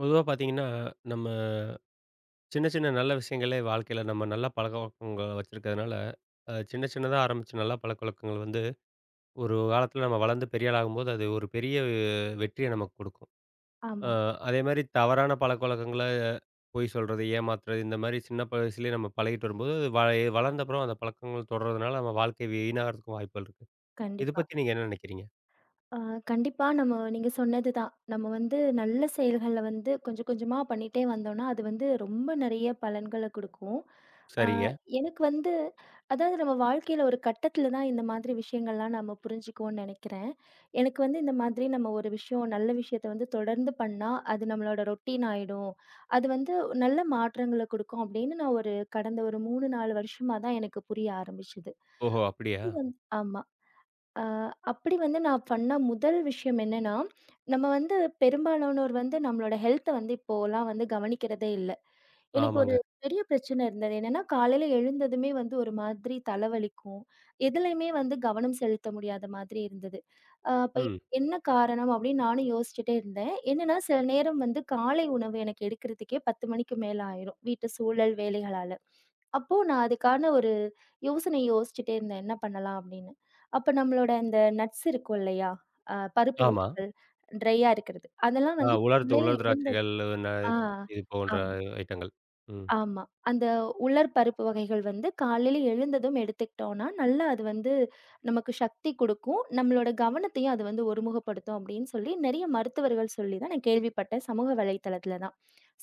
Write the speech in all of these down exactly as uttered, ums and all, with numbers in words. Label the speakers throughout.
Speaker 1: பொதுவா பார்த்தீங்கன்னா, நம்ம சின்ன சின்ன நல்ல விஷயங்களே வாழ்க்கையில நம்ம நல்ல பழக்கவழக்கங்கள வச்சிருக்கிறதுனால, அ சின்ன சின்னதா ஆரம்பிச்ச நல்ல பழக்கவழக்கங்கள் வந்து, ஒரு காலத்தில நம்ம வளர்ந்து பெரிய ஆள் ஆகும்போது, அது ஒரு பெரிய வெற்றிய நமக்கு குடுக்கும். அ
Speaker 2: ஆமா.
Speaker 1: அதேமாரி தவறான பழக்கவழக்கங்கள, பொய் சொல்றது, ஏமாத்துறது இந்த மாரி சின்ன வயசுலயே நம்ம பழகிட்டு வரும்போது, வ வளர்ந்த அப்புறம் அந்த பழக்கங்கள் தொடர்றதுனால நம்ம வாழ்க்கை வீணாகறதுக்கும் வாய்ப்புகள் இருக்கு. இத
Speaker 2: கண்டிப்பா.
Speaker 1: பத்தி நீங்க என்ன நினைக்கிறீங்க?
Speaker 2: அ கண்டிப்பா, நம்ம நீங்க சொன்னது தான். நம்ம வந்து நல்ல செயல்கள வந்து கொஞ்சம் கொஞ்சமா பண்ணிட்டே வந்தோம்னா, அது வந்து ரொம்ப நெறைய பலன்கள குடுக்கும். அ
Speaker 1: சரிங்க.
Speaker 2: எனக்கு வந்து அதாவது நம்ம வாழ்க்கையில ஒரு கட்டத்தில தான் இந்த மாதிரி விஷயங்கள்லாம் நம்ம புரிஞ்சுக்குவோம்னு நெனைக்கிறேன். எனக்கு வந்து இந்த மாதிரி நம்ம ஒரு விஷயம், நல்ல விஷயத்த வந்து தொடர்ந்து பண்ணா, அது நம்மளோட ரொட்டீன் ஆயிடும். அது வந்து நல்ல மாற்றங்கள குடுக்கும் அப்படின்னு நான் ஒரு கடந்த ஒரு மூன்று, நான்கு வருஷமா தான் எனக்கு புரிய ஆரம்பிச்சது.
Speaker 1: ஓஹோ! அப்படியா?
Speaker 2: இது வந்து ஆமா. ஆ, அப்படி வந்து நான் பண்ண முதல் விஷயம் என்னன்னா, நம்ம வந்து பெரும்பாலானோர் வந்து நம்மளோட ஹெல்த்த வந்து இப்போலாம் வந்து கவனிக்கிறதே இல்ல. எனக்கு ஒரு
Speaker 1: ஆமாங்க.
Speaker 2: பெரிய பிரச்சனை இருந்தது. என்னன்னா, காலையில எழுந்ததுமே வந்து ஒரு மாதிரி தலைவலிக்கும். எதுலயுமே வந்து கவனம் செலுத்த முடியாத மாதிரி இருந்தது. அ அப்ப
Speaker 1: ம்.
Speaker 2: என்ன காரணம் அப்படின்னு நானும் யோசிச்சுட்டே இருந்தேன். என்னன்னா, சில நேரம் வந்து காலை உணவு எனக்கு எடுக்கிறதுக்கே பத்து மணிக்கு மேல ஆயிரும். வீட்டு சூழல், வேலைகளால. அப்போ நான் அதுக்கான ஒரு யோசனை யோசிச்சுட்டே இருந்தேன். என்ன பண்ணலாம் அப்படின்னு. அப்ப நம்மளோட இந்த நட்ஸ் இருக்கும் இல்லையா? அ பருப்பு
Speaker 1: ஆமா.
Speaker 2: வகைகள் ட்ரையா இருக்கிறது. அதெல்லாம்
Speaker 1: ஆ,
Speaker 2: வந்து
Speaker 1: உலர்ந்த
Speaker 2: காலையில
Speaker 1: உலர்
Speaker 2: எழுந்தது.
Speaker 1: திராட்சைகள். ந
Speaker 2: ஆ.
Speaker 1: இது போன்ற ஐட்டங்கள். ம்.
Speaker 2: ஆமா. அந்த உலர் பருப்பு வகைகள் வந்து காலையில எழுந்ததும் எடுத்துக்கிட்டோம்னா, நல்லா அது வந்து நமக்கு சக்தி குடுக்கும். நம்மளோட கவனத்தையும் அது வந்து ஒருமுகப்படுத்தும் அப்படின்னு சொல்லி நெறைய மருத்துவர்கள் சொல்லி தான் நான் கேள்விப்பட்டேன். சமூக வலைதளத்தில தான்.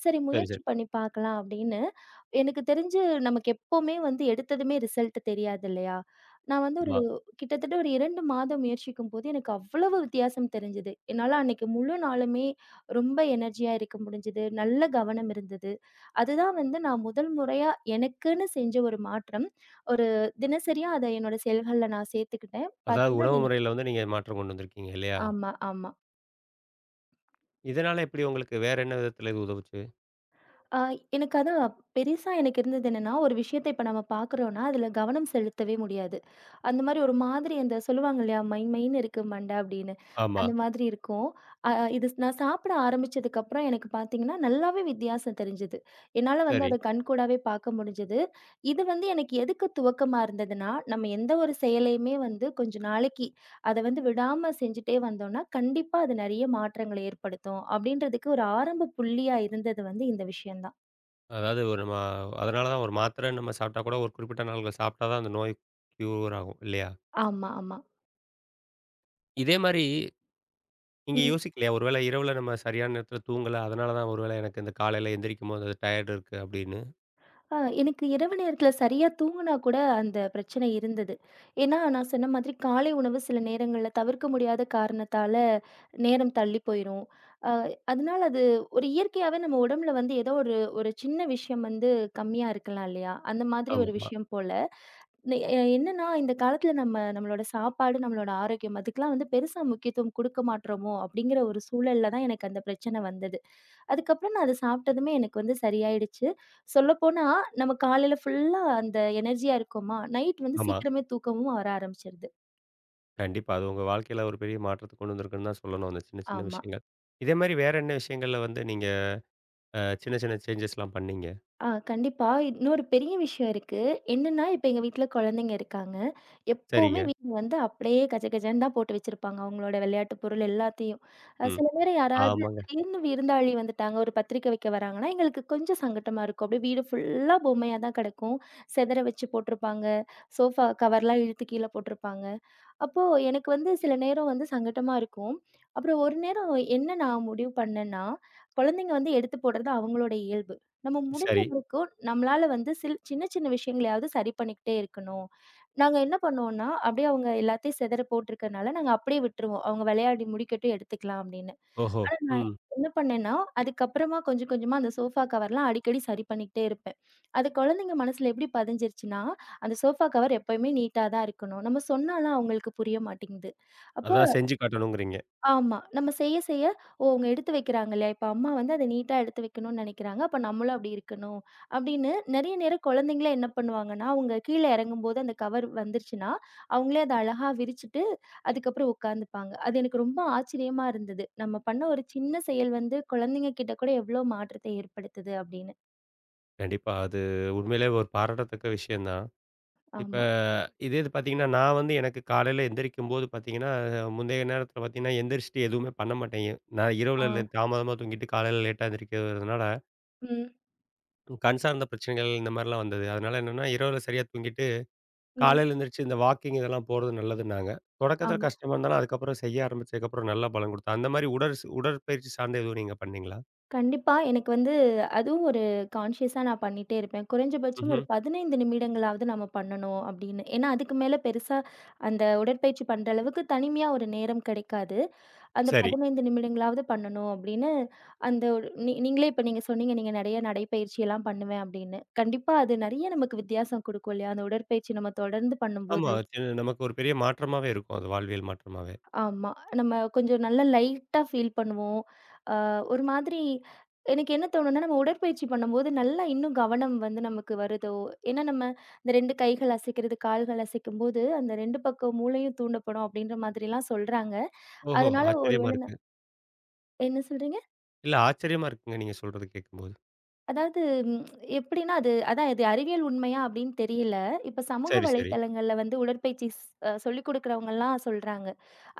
Speaker 2: சரி
Speaker 1: சரி,
Speaker 2: முயற்சி
Speaker 1: சரி.
Speaker 2: பண்ணி பார்க்கலாம் அப்படின்னு, எனக்கு தெரிஞ்சு நமக்கு எப்பவுமே வந்து எடுத்ததுமே ரிசல்ட் தெரியாது இல்லையா? நான் வந்து ஒரு
Speaker 1: ஆமா.
Speaker 2: கிட்டத்தட்ட ஒரு இரண்டு மாதம் முயற்சிக்கும்போது எனக்கு அவ்வளவு வித்தியாசம் தெரிஞ்சது. என்னால அன்னைக்கு முழு நாளுமே ரொம்ப எனர்ஜியா இருக்க முடிஞ்சது. நல்ல கவனம் இருந்தது. அதுதான் வந்து நான் முதல் முறையா எனக்குன்னு செஞ்ச ஒரு மாற்றம். ஒரு தினசரியா அத என்னோட செயல்கள்ல நான் சேர்த்துக்கிட்டேன்.
Speaker 1: அதாவது
Speaker 2: பார்த்தீங்கன்னா,
Speaker 1: உணவு
Speaker 2: அது எனக்கு
Speaker 1: முறையில வந்து நீங்க மாற்றம் கொண்டு வந்திருக்கீங்க இல்லையா?
Speaker 2: ஆமா, ஆமா.
Speaker 1: இதனால எப்படி உங்களுக்கு வேற என்ன விதத்தில இது உதவுச்சு?
Speaker 2: அ எனக்கு அதான் பெருசா எனக்கு இருந்தது என்னன்னா, ஒரு விஷயத்த இப்ப நம்ம பார்க்குறோம்னா, அதுல கவனம் செலுத்தவே முடியாது. அந்த மாரி ஒரு மாதிரி அந்த சொல்லுவாங்க இல்லையா, மை மைன்னு இருக்கு மண்ட அப்படின்னு.
Speaker 1: ஆமா.
Speaker 2: அந்த மாதிரி இருக்கும். அ இது நான் சாப்பிட ஆரம்பிச்சதுக்கப்புறம் எனக்கு பார்த்தீங்கன்னா, நல்லாவே வித்தியாசம் தெரிஞ்சது. என்னால வந்து
Speaker 1: சரி.
Speaker 2: அத கண்கூடாவே பார்க்க முடிஞ்சது. இது வந்து எனக்கு எதுக்கு துவக்கமா இருந்ததுன்னா, நம்ம எந்த ஒரு செயலையுமே வந்து கொஞ்ச நாளைக்கு அத வந்து விடாம செஞ்சுட்டே வந்தோம்னா, கண்டிப்பா அது நெறைய மாற்றங்கள ஏற்படுத்தும். அப்படின்றதுக்கு ஒரு ஆரம்ப புள்ளியா இருந்தது வந்து இந்த விஷயம் தான்.
Speaker 1: அதாவது ஒரு நம்ம அதனால தான் ஒரு மாத்திரை நம்ம சாப்பிட்டா கூட ஒரு குறிப்பிட்ட நாள்கள் சாப்பிட்டா தான் அந்த நோய் க்யூர் ஆகும் இல்லையா?
Speaker 2: ஆமா, ஆமா.
Speaker 1: இதே மாரி நீங்க
Speaker 2: ம்.
Speaker 1: யோசிக்கலையா? ஒரு வேளை இரவுல நம்ம சரியான நேரத்தில தூங்கல. அதனால தான் ஒரு வேளை எனக்கு இந்த காலையில எந்திரிக்கும்போது அது டயர்டு இருக்கு அப்படின்னு.
Speaker 2: ஆ, எனக்கு இரவு நேரத்துல சரியா தூங்குனா கூட அந்த பிரச்சனை இருந்தது. ஏன்னா, நான் சொன்ன மாதிரி காலை உணவு சில நேரங்கள்ல தவிர்க்க முடியாத காரணத்தால நேரம் தள்ளி போயிரும். அ அதனால அது ஒரு இயற்கையாவே நம்ம உடம்புல வந்து ஏதோ ஒரு ஒரு சின்ன விஷயம் வந்து கம்மியா இருக்கலாம் இல்லையா? அந்த மாதிரி ஒரு
Speaker 1: ஆமாமா.
Speaker 2: விஷயம் போல. நெ எ என்னன்னா, இந்த காலத்துல நம்ம நம்மளோட சாப்பாடு, நம்மளோட ஆரோக்கியம் அதுக்கெல்லாம் வந்து பெருசா முக்கியத்துவம் குடுக்க மாட்றோமோ! அப்படிங்கிற ஒரு சூழல்ல தான் எனக்கு அந்த பிரச்சன வந்தது. அதுக்கப்புறம் நான் அத சாப்பிட்டதுமே எனக்கு வந்து சரியாயிடுச்சு. சொல்லப்போனா, நம்ம காலையில ஃபுல்லா அந்த எனர்ஜியா இருக்கோமா, நைட் வந்து
Speaker 1: ஆமா.
Speaker 2: சீக்கிரமே தூக்கமும் வர ஆரம்பிச்சுருது.
Speaker 1: கண்டிப்பா. அது உங்க வாழ்க்கையில ஒரு பெரிய மாற்றத்த கொண்டு வந்திருக்குன்னு தான் சொல்லணும். அந்த சின்ன, சின்ன
Speaker 2: ஆமா.
Speaker 1: விஷயங்கள். இதே மாரி வேற என்ன விஷயங்கள்ல வந்து நீங்க அ சின்ன, சின்ன சேஞ்சஸ்லாம் பண்ணீங்க?
Speaker 2: ஆ, கண்டிப்பா. இன்னொரு பெரிய விஷயம் இருக்கு. என்னன்னா, இப்ப எங்க வீட்ல குழந்தைங்க இருக்காங்க. எப்பவுமே
Speaker 1: சரிங்க.
Speaker 2: வீட்ல வந்து அப்படியே கஜ கஜன்னு தான் போட்டு வச்சிருப்பாங்க. அவங்களோட விளையாட்டு பொருள் எல்லாத்தையும். அ
Speaker 1: ம்.
Speaker 2: சில நேரம் யாராவது
Speaker 1: ஆமாங்க.
Speaker 2: திடீர்னு விருந்தாளி வந்துட்டாங்க, ஒரு பத்திரிக்கை வைக்க வராங்கன்னா, எங்களுக்கு கொஞ்சம் சங்கட்டமா இருக்கும். அப்படியே வீடு ஃபுல்லா பொம்மையா தான் கிடக்கும். செதற வச்சு போட்டிருப்பாங்க. சோஃபா கவர்லாம் இழுத்து கீழ போட்டிருப்பாங்க. அப்போ எனக்கு வந்து சில நேரம் வந்து சங்கட்டமா இருக்கும். அப்புறம் ஒரு நேரம் என்ன நான் முடிவு பண்ணேன்னா, குழந்தைங்க வந்து எடுத்து போடுறது அவங்களோட இயல்பு. நம்ம முடிஞ்ச
Speaker 1: சரி.
Speaker 2: வரைக்கும் நம்மளால வந்து சில் சின்ன சின்ன விஷயங்களையாவது சரி பண்ணிக்கிட்டே இருக்கணும். நாங்க என்ன பண்ணுவோம்னா, அப்படியே அவங்க எல்லாத்தையும் சிதற போட்டிருக்கனால நாங்க அப்படியே விட்டுருவோம். அவங்க விளையாடி முடிக்கட்டும் எடுத்துக்கலாம் அப்படின்னு.
Speaker 1: ஓஹோ!
Speaker 2: ஆனா நான்
Speaker 1: ம்.
Speaker 2: என்ன பண்ணேன்னா, அதுக்கப்புறமா கொஞ்சம் கொஞ்சமா அந்த சோஃபா கவர்லாம் அடிக்கடி சரி பண்ணிக்கிட்டே இருப்பேன். அது குழந்தைங்க மனசுல எப்படி பதிஞ்சிருச்சுன்னா, அந்த சோஃபா கவர் எப்பயுமே நீட்டா தான் இருக்கணும். நம்ம சொன்னாலாம் அவங்களுக்கு புரிய மாட்டேங்குது. அப்ப
Speaker 1: அதான் செஞ்சு காட்டணுங்கிறீங்க.
Speaker 2: ஆமா. நம்ம செய்ய செய்ய, ஓ! அவங்க எடுத்து வைக்கிறாங்களே, இப்ப அம்மா வந்து அத நீட்டா எடுத்து வைக்கணும்னு நெனைக்கிறாங்க. அப்ப நம்மளும் அப்படி இருக்கணும். அப்படின்னு நெறைய நேரம் குழந்தைங்களே என்ன பண்ணுவாங்கன்னா, அவங்க கீழ இறங்கும்போது அந்த கவர் வந்துருச்சுன்னா, அவங்களே அத அழகா விரிச்சுட்டு, அதுக்கப்புறம் உட்காந்துப்பாங்க. அது எனக்கு ரொம்ப ஆச்சரியமா இருந்தது. நம்ம பண்ண ஒரு சின்ன செயல் வந்து குழந்தைங்க கிட்ட கூட எவ்வளோ மாற்றத்தை ஏற்படுத்துது அப்படின்னு.
Speaker 1: கண்டிப்பா. அது உண்மையிலேயே ஒரு பாராட்டத்தக்க விஷயம் தான். இப்ப
Speaker 2: ஆமா.
Speaker 1: இதே இது பார்த்தீங்கன்னா, நான் வந்து எனக்கு காலையில எந்திரிக்கும்போது பார்த்தீங்கன்னா, அஹ், முந்தைய நேரத்தில பார்த்தீங்கன்னா, எந்திரிச்சுட்டு எதுவுமே பண்ண மாட்டேன். நான்
Speaker 2: ஆ.
Speaker 1: இரவுல லே தாமதமா தூங்கிட்டு காலையில லேட்டா எந்திரிக்கிறதுனால,
Speaker 2: ம்.
Speaker 1: கண் சார்ந்த பிரச்சனைகள் இந்த மாரிலாம் வந்தது. அதனால என்னன்னா, இரவுல சரியா தூங்கிட்டு
Speaker 2: ம்.
Speaker 1: காலையில எந்திரிச்சு இந்த வாக்கிங் இதெல்லாம் போறது நல்லதுன்னாங்க. தொடக்கத்தில ம்,
Speaker 2: ஆமா.
Speaker 1: கஷ்டமா இருந்தாலும், அதுக்கப்புறம் செய்ய ஆரம்பிச்சதுக்கப்புறம் நல்ல பலன் குடுத்தது. அந்த மாரி உடற் உடற்பயிற்சி சார்ந்த எதுவும் நீங்க பண்ணீங்களா?
Speaker 2: கண்டிப்பா. எனக்கு வந்து அதுவும் ஒரு கான்ஷியஸா நான் பண்ணிட்டே இருப்பேன். குறைஞ்சபட்சம்
Speaker 1: ம்ஹ்ம்.
Speaker 2: ஒரு பதினைந்து நிமிடங்களாவது நம்ம பண்ணணும் அப்படின்னு. ஏன்னா, அதுக்கு மேல பெருசா அந்த உடற்பயிற்சி பண்ற அளவுக்கு தனிமையா ஒரு நேரம் கிடைக்காது. அந்த
Speaker 1: சரி.
Speaker 2: பதினைந்து நிமிடங்களாவது பண்ணணும் அப்படின்னு அந்த ஒரு நீ நீங்களே இப்ப நீங்க சொன்னீங்க, நீங்க நெறைய நடைப்பயிற்சி எல்லாம் பண்ணுவேன் அப்படின்னு. கண்டிப்பா அது நெறைய நமக்கு வித்தியாசம் குடுக்கும் இல்லையா? அந்த உடற்பயிற்சி நம்ம தொடர்ந்து பண்ணும்போது.
Speaker 1: ஆமா. சி நமக்கு ஒரு பெரிய மாற்றமாவே இருக்கும். அது வாழ்வியல் மாற்றமாவே.
Speaker 2: ஆமா. நம்ம கொஞ்சம் நல்லா லைட்டா ஃபீல் பண்ணுவோம். அ ஒரு மாதிரி எனக்கு என்ன தோணும்னா, நம்ம உடற்பயிற்சி பண்ணும்போது நல்லா இன்னும் கவனம் வந்து நமக்கு வருதோ! ஏன்னா நம்ம இந்த ரெண்டு கைகள் அசைக்கிறது, கால்கள் அசைக்கும்போது, அந்த ரெண்டு பக்கம் மூளையும் தூண்டப்படும் அப்பிடின்ற மாதிரிலாம் சொல்றாங்க.
Speaker 1: ஓஹோ!
Speaker 2: அதனால ஒரு
Speaker 1: ஆச்சரியமா
Speaker 2: வேள
Speaker 1: இருக்கு.
Speaker 2: நான் என்ன சொல்றீங்க?
Speaker 1: இல்ல ஆச்சரியமா இருக்குங்க நீங்க சொல்றது கேட்கும்போது.
Speaker 2: அதாவது எப்பிடின்னா அது அதான் இது அறிவியல் உண்மையா அப்பிடின்னு தெரியல. இப்ப சமூக
Speaker 1: சரி, சரி.
Speaker 2: வலைதளங்கள்ல வந்து உடற்பயிற்சி ஸ் அ சொல்லிக் கொடுக்கிறவங்கலாம் சொல்றாங்க.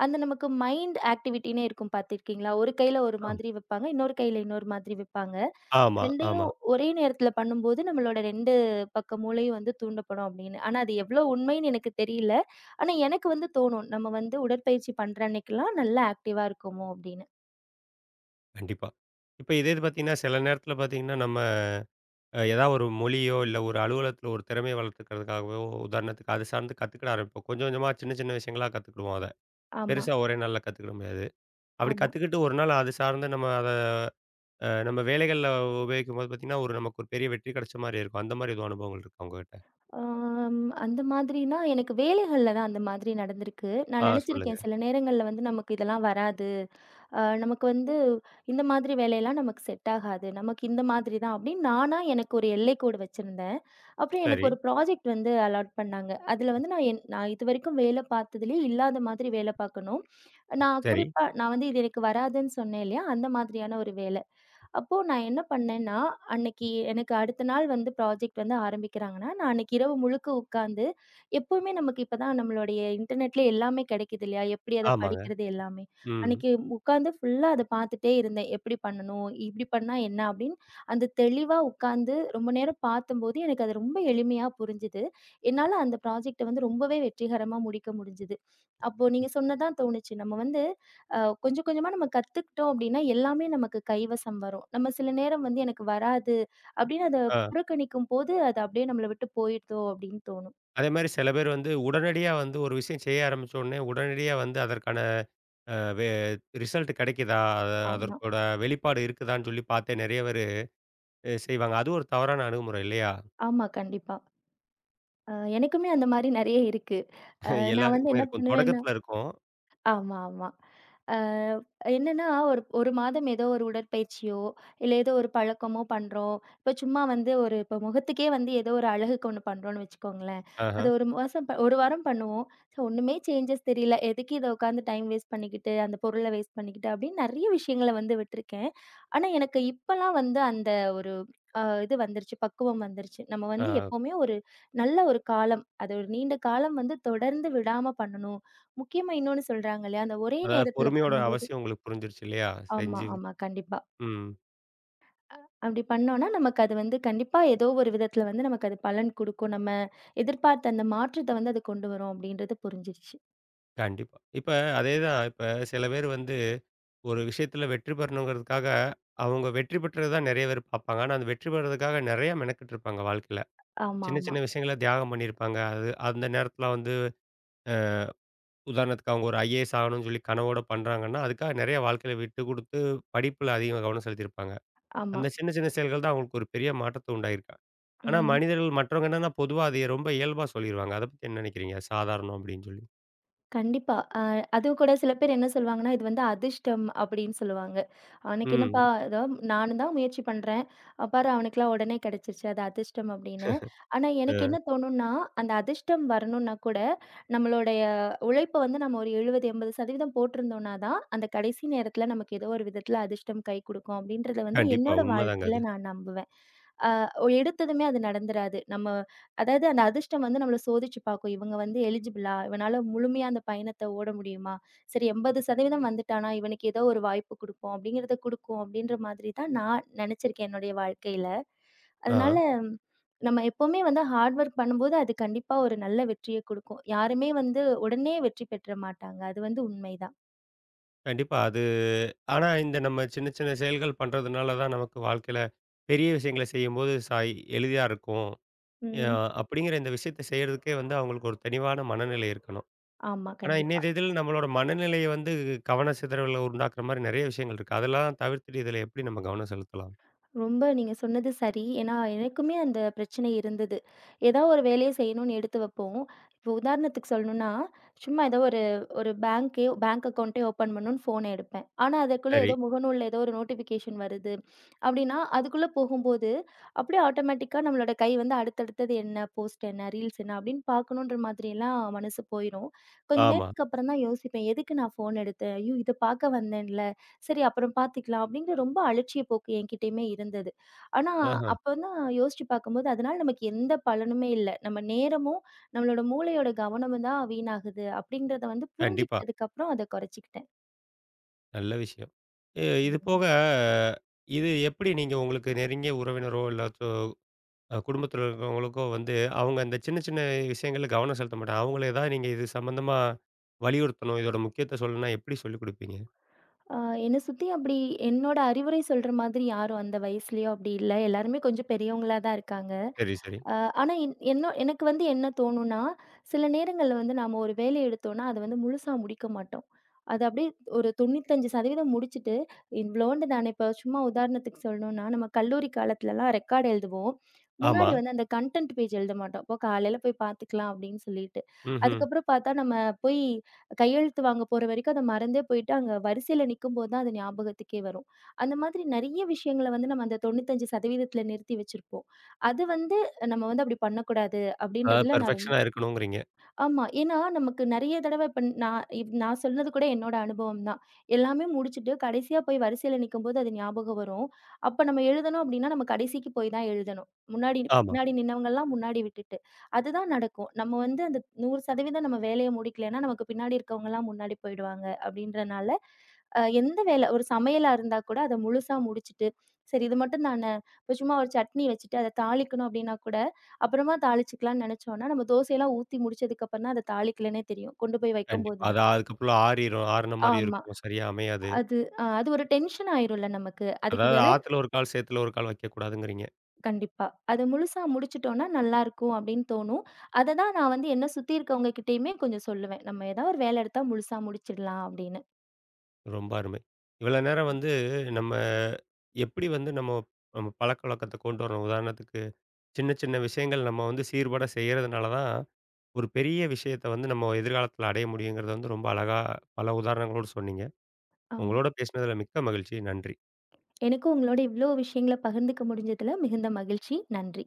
Speaker 2: அந்த நமக்கு மைண்ட் ஆக்டிவிட்டின்னே இருக்கும் பார்த்திருக்கீங்களா? ஒரு கையில ஒரு
Speaker 1: ஆம்.
Speaker 2: மாதிரி வைப்பாங்க. இன்னொரு கையில இன்னொரு மாதிரி வைப்பாங்க.
Speaker 1: ஆமா,
Speaker 2: ரெண்டும்
Speaker 1: ஆமா.
Speaker 2: ஒரே நேரத்தில பண்ணும்போது நம்மளோட ரெண்டு பக்க மூளையும் வந்து தூண்டப்படும் அப்படின்னு. ஆனா அது எவ்வளோ உண்மைன்னு எனக்கு தெரியல. ஆனா எனக்கு வந்து தோணும். நம்ம வந்து உடற்பயிற்சி பண்ற அன்னைக்கெல்லாம் நல்லா ஆக்டிவா இருக்கோமோ அப்படின்னு.
Speaker 1: கண்டிப்பா. இப்ப இதே இது பார்த்தீங்கன்னா, சில நேரத்தில பார்த்தீங்கன்னா, நம்ம அஹ், ஏதாவது ஒரு மொழியோ, இல்ல ஒரு அலுவலகத்தில ஒரு திறமைய வளர்த்துக்கிறதுக்காகவோ, உதாரணத்துக்கு அது சார்ந்து கத்துக்கிட ஆரம்பிப்போம். கொஞ்சம் கொஞ்சமா சின்ன சின்ன விஷயங்களா கத்துக்கிடுவோம் அத.
Speaker 2: ஆமா,
Speaker 1: பெருசா ஒரே நாள்ல கத்துக்கிட முடியாது. அப்படி
Speaker 2: ஆமா.
Speaker 1: கத்துக்கிட்டு ஒரு நாள் அது சார்ந்த நம்ம அத அ நம்ம வேலைகள்ல உபயோகிக்கும்போது பார்த்தீங்கன்னா, ஒரு நமக்கு ஒரு பெரிய வெற்றி கிடைச்ச மாரி இருக்கும். அந்த மாரி எதுவும் அனுபவங்கள் இருக்கா உங்ககிட்ட?
Speaker 2: ஆம், அந்த மாதிரினா, எனக்கு வேலைகள்ல தான் அந்த மாதிரி நடந்திருக்கு.
Speaker 1: ஆ,
Speaker 2: நான்
Speaker 1: சொல்லுங்க.
Speaker 2: நெனச்சிருக்கேன், சில நேரங்கள்ல வந்து நமக்கு இதெல்லாம் வராது. அ நமக்கு வந்து இந்த மாதிரி வேலையெல்லாம் நமக்கு செட் ஆகாது. நமக்கு இந்த மாதிரி தான் அப்படின்னு நானா எனக்கு ஒரு எல்லைக்கோடு வச்சிருந்தேன். அப்புறம்
Speaker 1: சரி,
Speaker 2: எனக்கு ஒரு ப்ராஜெக்ட் வந்து அலாட் பண்ணாங்க. அதுல வந்து நான் என் நான் இதுவரைக்கும் வேலை பார்த்ததுலயே இல்லாத மாதிரி வேலை பார்க்கணும். நான்
Speaker 1: சரி.
Speaker 2: குறிப்பா நான் வந்து இது எனக்கு வராதுன்னு சொன்னேன் இல்லையா? அந்த மாதிரியான ஒரு வேலை. அப்போ நான் என்ன பண்ணேன்னா, அன்னைக்கு எனக்கு அடுத்த நாள் வந்து ப்ராஜெக்ட் வந்து ஆரம்பிக்கிறாங்கன்னா, நான் அன்னைக்கு இரவு முழுக்க உட்காந்து, எப்பவுமே நமக்கு இப்பதான் நம்மளுடைய இன்டர்நெட்ல எல்லாமே கிடைக்குது இல்லையா? எப்படி அத
Speaker 1: ஆமாங்க.
Speaker 2: படிக்கிறது எல்லாமே.
Speaker 1: ம்.
Speaker 2: அன்னைக்கு உட்காந்து ஃபுல்லா அத பார்த்துட்டே இருந்தேன். எப்படி பண்ணணும்? இப்படி பண்ணா என்ன? அப்படின்னு அந்த தெளிவா உட்காந்து ரொம்ப நேரம் பார்த்தம்போது, எனக்கு அது ரொம்ப எளிமையா புரிஞ்சுது. என்னால அந்த ப்ராஜெக்ட்ட வந்து ரொம்பவே வெற்றிகரமா முடிக்க முடிஞ்சுது. அப்போ நீங்க சொன்னதான் தோணுச்சு. நம்ம வந்து அ கொஞ்சம் கொஞ்சமா நம்ம கத்துக்கிட்டோம் அப்படின்னா, எல்லாமே நமக்கு கைவசம் வரும். நம்ம சில நேரம் வந்து எனக்கு வராது அப்படின்னு அத
Speaker 1: ஆ
Speaker 2: புறக்கணிக்கும்போது, அது அப்படியே நம்மள விட்டு போயிடுதோ அப்படின்னு தோணும்.
Speaker 1: அதே மாரி சில பேர் வந்து உடனடியா வந்து ஒரு விஷயம் செய்ய ஆரம்பிச்ச உடனே, உடனடியா வந்து அதற்கான அ வே ரிசல்ட் கிடைக்குதா? அத
Speaker 2: ஆமா.
Speaker 1: அதற்கோட வெளிப்பாடு இருக்குதான்னு சொல்லி பார்த்தே நெறைய பேரு அ செய்வாங்க. அது ஒரு தவறான அணுகுமுறை இல்லையா?
Speaker 2: ஆமா, கண்டிப்பா. அ எனக்குமே அந்த மாரி நெறைய இருக்கு. அ நான் வந்து
Speaker 1: எல்லாருக்குமே
Speaker 2: என்ன
Speaker 1: இருக்கும்.
Speaker 2: பண்ணுவேன்னா
Speaker 1: தொடக்கத்துல இருக்கும்.
Speaker 2: ஆமா, ஆமா. அ என்னன்னா, ஒரு ஒரு மாதம் ஏதோ ஒரு உடற்பயிற்சியோ, இல்ல ஏதோ ஒரு பழக்கமோ பண்றோம். இப்ப சும்மா வந்து ஒரு இப்ப முகத்துக்கே வந்து ஏதோ ஒரு அழகுக்கு ஒண்ணு பண்றோம்னு வச்சுக்கோங்களேன்.
Speaker 1: ஆஹ.
Speaker 2: அது ஒரு மாசம் ஒரு வாரம் பண்ணுவோம். ஸோ ஒண்ணுமே சேஞ்சஸ் தெரியல. எதுக்கு இத உட்காந்து டைம் வேஸ்ட் பண்ணிக்கிட்டு, அந்த பொருள வேஸ்ட் பண்ணிக்கிட்டு அப்படின்னு நெறைய விஷயங்கள வந்து விட்டுருக்கேன். ஆனா எனக்கு இப்பலாம் வந்து அந்த ஒரு அ இது வந்துருச்சு. பக்குவம் வந்துருச்சு. நம்ம வந்து
Speaker 1: ஆ.
Speaker 2: எப்பவுமே ஒரு நல்ல ஒரு காலம், அது ஒரு நீண்ட காலம் வந்து தொடர்ந்து விடாம பண்ணணும். முக்கியமா இன்னொன்னு சொல்றாங்க இல்லையா? அந்த ஒரே
Speaker 1: அதாவது
Speaker 2: நேரத்துல
Speaker 1: பொறுமையோட
Speaker 2: பண்ணும்போது
Speaker 1: அவசியம் உங்களுக்கு புரிஞ்சிருச்சு இல்லையா?
Speaker 2: ஆமா,
Speaker 1: செஞ்சு
Speaker 2: ஆமா. கண்டிப்பா.
Speaker 1: ம்.
Speaker 2: அப்படி பண்ணோம்னா, நமக்கு அது வந்து கண்டிப்பா ஏதோ ஒரு விதத்துல வந்து நமக்கு அது பலன் குடுக்கும். நம்ம எதிர்பார்த்த அந்த மாற்றத்த வந்து அது கொண்டு வரும் அப்படின்றது புரிஞ்சிருச்சு.
Speaker 1: கண்டிப்பா. இப்ப அதேதான். இப்ப சில பேர் வந்து ஒரு விஷயத்துல வெற்றி பெறணுங்கிறதுக்காக, அவங்க வெற்றி பெற்றது தான் நெறைய பேர் பார்ப்பாங்க. ஆனா, அந்த வெற்றி பெறதுக்காக நெறைய மெனக்கெட்டுருப்பாங்க வாழ்க்கையில.
Speaker 2: ஆமா,
Speaker 1: சின்ன
Speaker 2: ஆமா,
Speaker 1: சின்ன விஷயங்கள தியாகம் பண்ணியிருப்பாங்க. அது அந்த நேரத்துல வந்து அ உதாரணத்துக்கு அவங்க ஒரு ஐ ஏ எஸ் ஆகணும்னு சொல்லி கனவோட பண்றாங்கன்னா, அதுக்காக நெறைய வாழ்க்கையில விட்டு குடுத்து படிப்புல அதிக கவனம் செலுத்தியிருப்பாங்க.
Speaker 2: ஆமா.
Speaker 1: அந்த சின்ன சின்ன செயல்கள் தான் அவங்களுக்கு ஒரு பெரிய மாற்றத்த உண்டாயிருக்கா. ஆனா
Speaker 2: ம்.
Speaker 1: மனிதர்கள் மற்றவங்க என்னன்னா பொதுவா அதைய ரொம்ப இயல்பா சொல்லிருவாங்க. அத பத்தி என்ன நெனைக்கிறீங்க? சாதாரணம் அப்படின்னு சொல்லி.
Speaker 2: கண்டிப்பா. அ அதுவும் கூட சில பேர் என்ன சொல்லுவாங்கன்னா, இது வந்து அதிர்ஷ்டம் அப்படின்னு சொல்லுவாங்க. "அவனுக்கு என்னப்பா
Speaker 1: ம்.
Speaker 2: ஏதோ நானும் தான் முயற்சி பண்றேன். அ பாரு அவனுக்கெல்லாம் உடனே கிடைச்சிருச்சு. அது அதிர்ஷ்டம்" அப்படின்னு. ஆனா எனக்கு
Speaker 1: அ
Speaker 2: என்ன தோணும்னா, அந்த அதிர்ஷ்டம் வரணும்னா கூட நம்மளுடைய உழைப்ப வந்து நம்ம ஒரு எழுபது, எண்பது சதவீதம் போட்டிருந்தோம்னா தான், அந்த கடைசி நேரத்தில நமக்கு ஏதோ ஒரு விதத்தில அதிர்ஷ்டம் கை குடுக்கும் அப்படின்றத வந்து
Speaker 1: கண்டிப்பா.
Speaker 2: என்னோட
Speaker 1: உண்மதாங்க அது.
Speaker 2: வாழ்க்கையில நான் நம்புவேன். அ எடுத்ததுமே அது நடந்துராது. நம்ம அதாவது அந்த அதிர்ஷ்டம் வந்து நம்மள சோதிச்சு பார்க்கும். இவங்க வந்து எலிஜிபிளா? இவனால முழுமையா அந்த பயணத்த ஓட முடியுமா? சரி எண்பது சதவீதம் வந்துட்டானா, இவனுக்கு ஏதோ ஒரு வாய்ப்பு குடுப்போம் அப்படிங்கிறத குடுக்கும் அப்படின்ற மாதிரி தான் நான் நெனச்சிருக்கேன் என்னுடைய வாழ்க்கையில. அதனால
Speaker 1: ஆ.
Speaker 2: நம்ம எப்பவுமே வந்து ஹார்ட் ஒர்க் பண்ணும்போது அது கண்டிப்பா ஒரு நல்ல வெற்றிய குடுக்கும். யாருமே வந்து உடனே வெற்றி பெற்ற மாட்டாங்க. அது வந்து உண்மைதான்.
Speaker 1: கண்டிப்பா அது ஆனா இந்த நம்ம சின்ன சின்ன செயல்கள் பண்றதுனால தான் நமக்கு வாழ்க்கையில பெரிய விஷயங்கள செய்யும்போது சாய் எளிதா இருக்கும். அ
Speaker 2: ம்.
Speaker 1: அப்படிங்கிற இந்த விஷயத்த செய்யறதுக்கே வந்து அவங்களுக்கு ஒரு தெளிவான மனநிலை இருக்கணும்.
Speaker 2: ஆமா.
Speaker 1: ஆனா இன்னைய
Speaker 2: கண்டிப்பா.
Speaker 1: தேதியில நம்மளோட மனநிலைய வந்து கவன சிதறல்கள உண்டாக்குற மாரி நெறைய விஷயங்கள் இருக்கு. அதெல்லாம் தவிர்த்துட்டு இதில எப்படி நம்ம கவனம் செலுத்தலாம்?
Speaker 2: ரொம்ப நீங்க சொன்னது சரி. ஏன்னா, எனக்குமே அந்த பிரச்சனை இருந்தது. ஏதா ஒரு வேலைய செய்யணும்னு எடுத்து வைப்போம். இப்போ உதாரணத்துக்கு சொல்லணும்னா, சும்மா ஏதோ ஒரு ஒரு பேங்கே பேங்க் அக்கவுண்டே ஓப்பன் பண்ணணும்னு ஃபோன எடுப்பேன். ஆனா, அதுக்குள்ள
Speaker 1: சரி.
Speaker 2: ஏதோ முகநூல்ல ஏதோ ஒரு நோட்டிஃபிகேஷன் வருது அப்படின்னா, அதுக்குள்ள போகும்போது அப்படியே ஆட்டோமேட்டிக்கா நம்மளோட கை வந்து அடுத்தடுத்தது என்ன, போஸ்ட் என்ன, ரீல்ஸ் என்ன அப்படின்னு பார்க்கணுன்ற மாதிரியெல்லாம் மனசு போயிரும். கொஞ்ச
Speaker 1: ஆமா.
Speaker 2: நேரத்துக்கு அப்புறம் தான் யோசிப்பேன். எதுக்கு நான் ஃபோன் எடுத்தேன்? ஐயோ! இத பார்க்க வந்தேன்ல. சரி அப்புறம் பார்த்துக்கலாம் அப்படிங்கிற ரொம்ப அலட்சிய போக்கு என்கிட்டயுமே இருந்தது. ஆனா,
Speaker 1: ஆஹா.
Speaker 2: அப்ப தான் யோசிச்சு பார்க்கும்போது, அதனால நமக்கு எந்த பலனுமே இல்ல. நம்ம நேரமும், நம்மளோட மூளையோட கவனமும் தான் வீணாகுது அப்படின்றத வந்து
Speaker 1: கண்டிப்பா.
Speaker 2: புரிஞ்சுக்கிட்டதுக்கப்புறம் அத குறைச்சுக்கிட்டேன்.
Speaker 1: நல்ல விஷயம். இ இது
Speaker 2: ம்.
Speaker 1: போக இது எப்படி நீங்க உங்களுக்கு நெருங்கிய உறவினரோ, இல்லாச்சோ அ குடும்பத்தில இருக்கிறவங்களுக்கோ வந்து, அவங்க அந்த சின்ன சின்ன விஷயங்கள்ல கவனம் செலுத்த மாட்டாங்க. அவங்கள ஏதாவது நீங்க இது சம்மந்தமா வலியுறுத்தணும். இதோட முக்கியத்த சொல்லணும்னா எப்படி சொல்லிக் குடுப்பீங்க?
Speaker 2: அ என்ன சுத்தி அப்படி என்னோட அறிவுரை சொல்ற மாதிரி யாரும் அந்த வயசுலயும் அப்படி இல்ல. எல்லாருமே கொஞ்சம் பெரியவங்களா தான் இருக்காங்க.
Speaker 1: சரி, சரி.
Speaker 2: அ ஆனா என் என்ன எனக்கு வந்து என்ன தோணும்னா, சில நேரங்கள்ல வந்து நாம ஒரு வேலைய எடுத்தோம்னா, அத வந்து முழுசா முடிக்க மாட்டோம். அது அப்படியே ஒரு தொண்ணூற்று ஐந்து சதவீதம் முடிச்சுட்டு, இவ்வளோண்டு தானே இப்ப சும்மா உதாரணத்துக்கு சொல்லணும்னா, நம்ம கல்லூரி காலத்துலலாம் ரெக்கார்ட் எழுதுவோம்.
Speaker 1: ஆமா.
Speaker 2: முன்னாடி வந்து அந்த கன்டென்ட் பேஜ் எழுத மாட்டோம். இப்போ காலையில போய் பார்த்துக்கலாம் அப்படின்னு சொல்லிட்டு.
Speaker 1: ம்ஹ்ம்.
Speaker 2: அதுக்கப்புறம் பார்த்தா நம்ம போய் கையெழுத்து வாங்க போற வரைக்கும் அத மறந்தே போயிட்டு, அங்க வரிசையில நிக்கும்போது தான் அது ஞாபகத்துக்கே வரும். அந்த மாதிரி நெறைய விஷயங்கள வந்து நம்ம அந்த 95%ல நிறுத்தி வச்சிருப்போம். அது வந்து நம்ம வந்து அப்படி பண்ணக்கூடாது
Speaker 1: அதாவது
Speaker 2: அப்படின்றதுல நான் ரொம்ப
Speaker 1: பெர்ஃபெக்ஷனா இருக்கணுங்கிறீங்க.
Speaker 2: ஆமா. ஏன்னா, நமக்கு நெறைய தடவ இப்ப நான் இப் நான் சொன்னது கூட என்னோட அனுபவம் தான். எல்லாமே முடிச்சுட்டு கடைசியா போய் வரிசையில நிக்கும்போது அது ஞாபகம் வரும். அப்ப நம்ம எழுதணும் அப்படின்னா, நம்ம கடைசிக்கு போய் தான் எழுதணும். முன்னாடி
Speaker 1: ஆமா.
Speaker 2: பின்னாடி நின்னவங்கலாம் முன்னாடி விட்டுட்டு. அதுதான் நடக்கும். நம்ம வந்து அந்த நூறு சதவீதம் நம்ம வேலைய முடிக்கலைன்னா, நமக்கு பின்னாடி இருக்கவங்கலாம் முன்னாடி போயிடுவாங்க அப்படின்றனால, அ எந்த வேல ஒரு சமையலா இருந்தா கூட அத முழுசா முடிச்சுட்டு, சரி இது மட்டும் தான, இப்ப சும்மா ஒரு சட்னி வச்சுட்டு அத தாளிக்கணும் அப்படின்னா கூட அப்புறமா தாளிச்சுக்கலான்னு நெனச்சோம்னா, நம்ம தோசையெல்லாம் ஊத்தி முடிச்சதுக்கப்புறம் தான் அத தாளிக்கலன்னே தெரியும். கொண்டு போய்
Speaker 1: கண்டிப்பா.
Speaker 2: வைக்கும்போது
Speaker 1: அது
Speaker 2: தான்.
Speaker 1: அதுக்கப்புறம் ஆறிரும். ஆறுன மாரி
Speaker 2: ஆமா.
Speaker 1: இருக்கும். சரியா அமையாது.
Speaker 2: அது அ அது ஒரு டென்ஷன் ஆயிரும்ல நமக்கு. அதுக்கு
Speaker 1: அதாவது
Speaker 2: வேல
Speaker 1: ஆத்துல ஒரு கால், சேத்துல ஒரு கால் வைக்கக்கூடாதுங்கிறீங்க.
Speaker 2: கண்டிப்பா. அது முழுசா முடிச்சுட்டோம்னா நல்லாருக்கும் அப்படின்னு தோணும். அத தான் நான் வந்து என்ன சுத்தி இருக்கவங்க கிட்டயுமே கொஞ்சம் சொல்லுவேன். நம்ம ஏதாவது ஒரு வேல எடுத்தா முழுசா முடிச்சிடலாம் அப்படின்னு.
Speaker 1: ரொம்ப அருமை. இவ்வளோ நேரம் வந்து நம்ம எப்படி வந்து நம்ம நம்ம பழக்கவழக்கத்த கொண்டு வரணும்? உதாரணத்துக்கு சின்ன சின்ன விஷயங்கள் நம்ம வந்து சீர்பட செய்யறதுனால தான் ஒரு பெரிய விஷயத்த வந்து நம்ம எதிர்காலத்துல அடைய முடியுங்கிறத வந்து ரொம்ப அழகா பல உதாரணங்களோடு சொன்னீங்க.
Speaker 2: ஆம்.
Speaker 1: உங்களோட பேசினதுல மிக்க மகிழ்ச்சி. நன்றி.
Speaker 2: எனக்கும் உங்களோட இவ்ளோ விஷயங்கள பகிர்ந்துக்க முடிஞ்சதுல மிகுந்த மகிழ்ச்சி. நன்றி.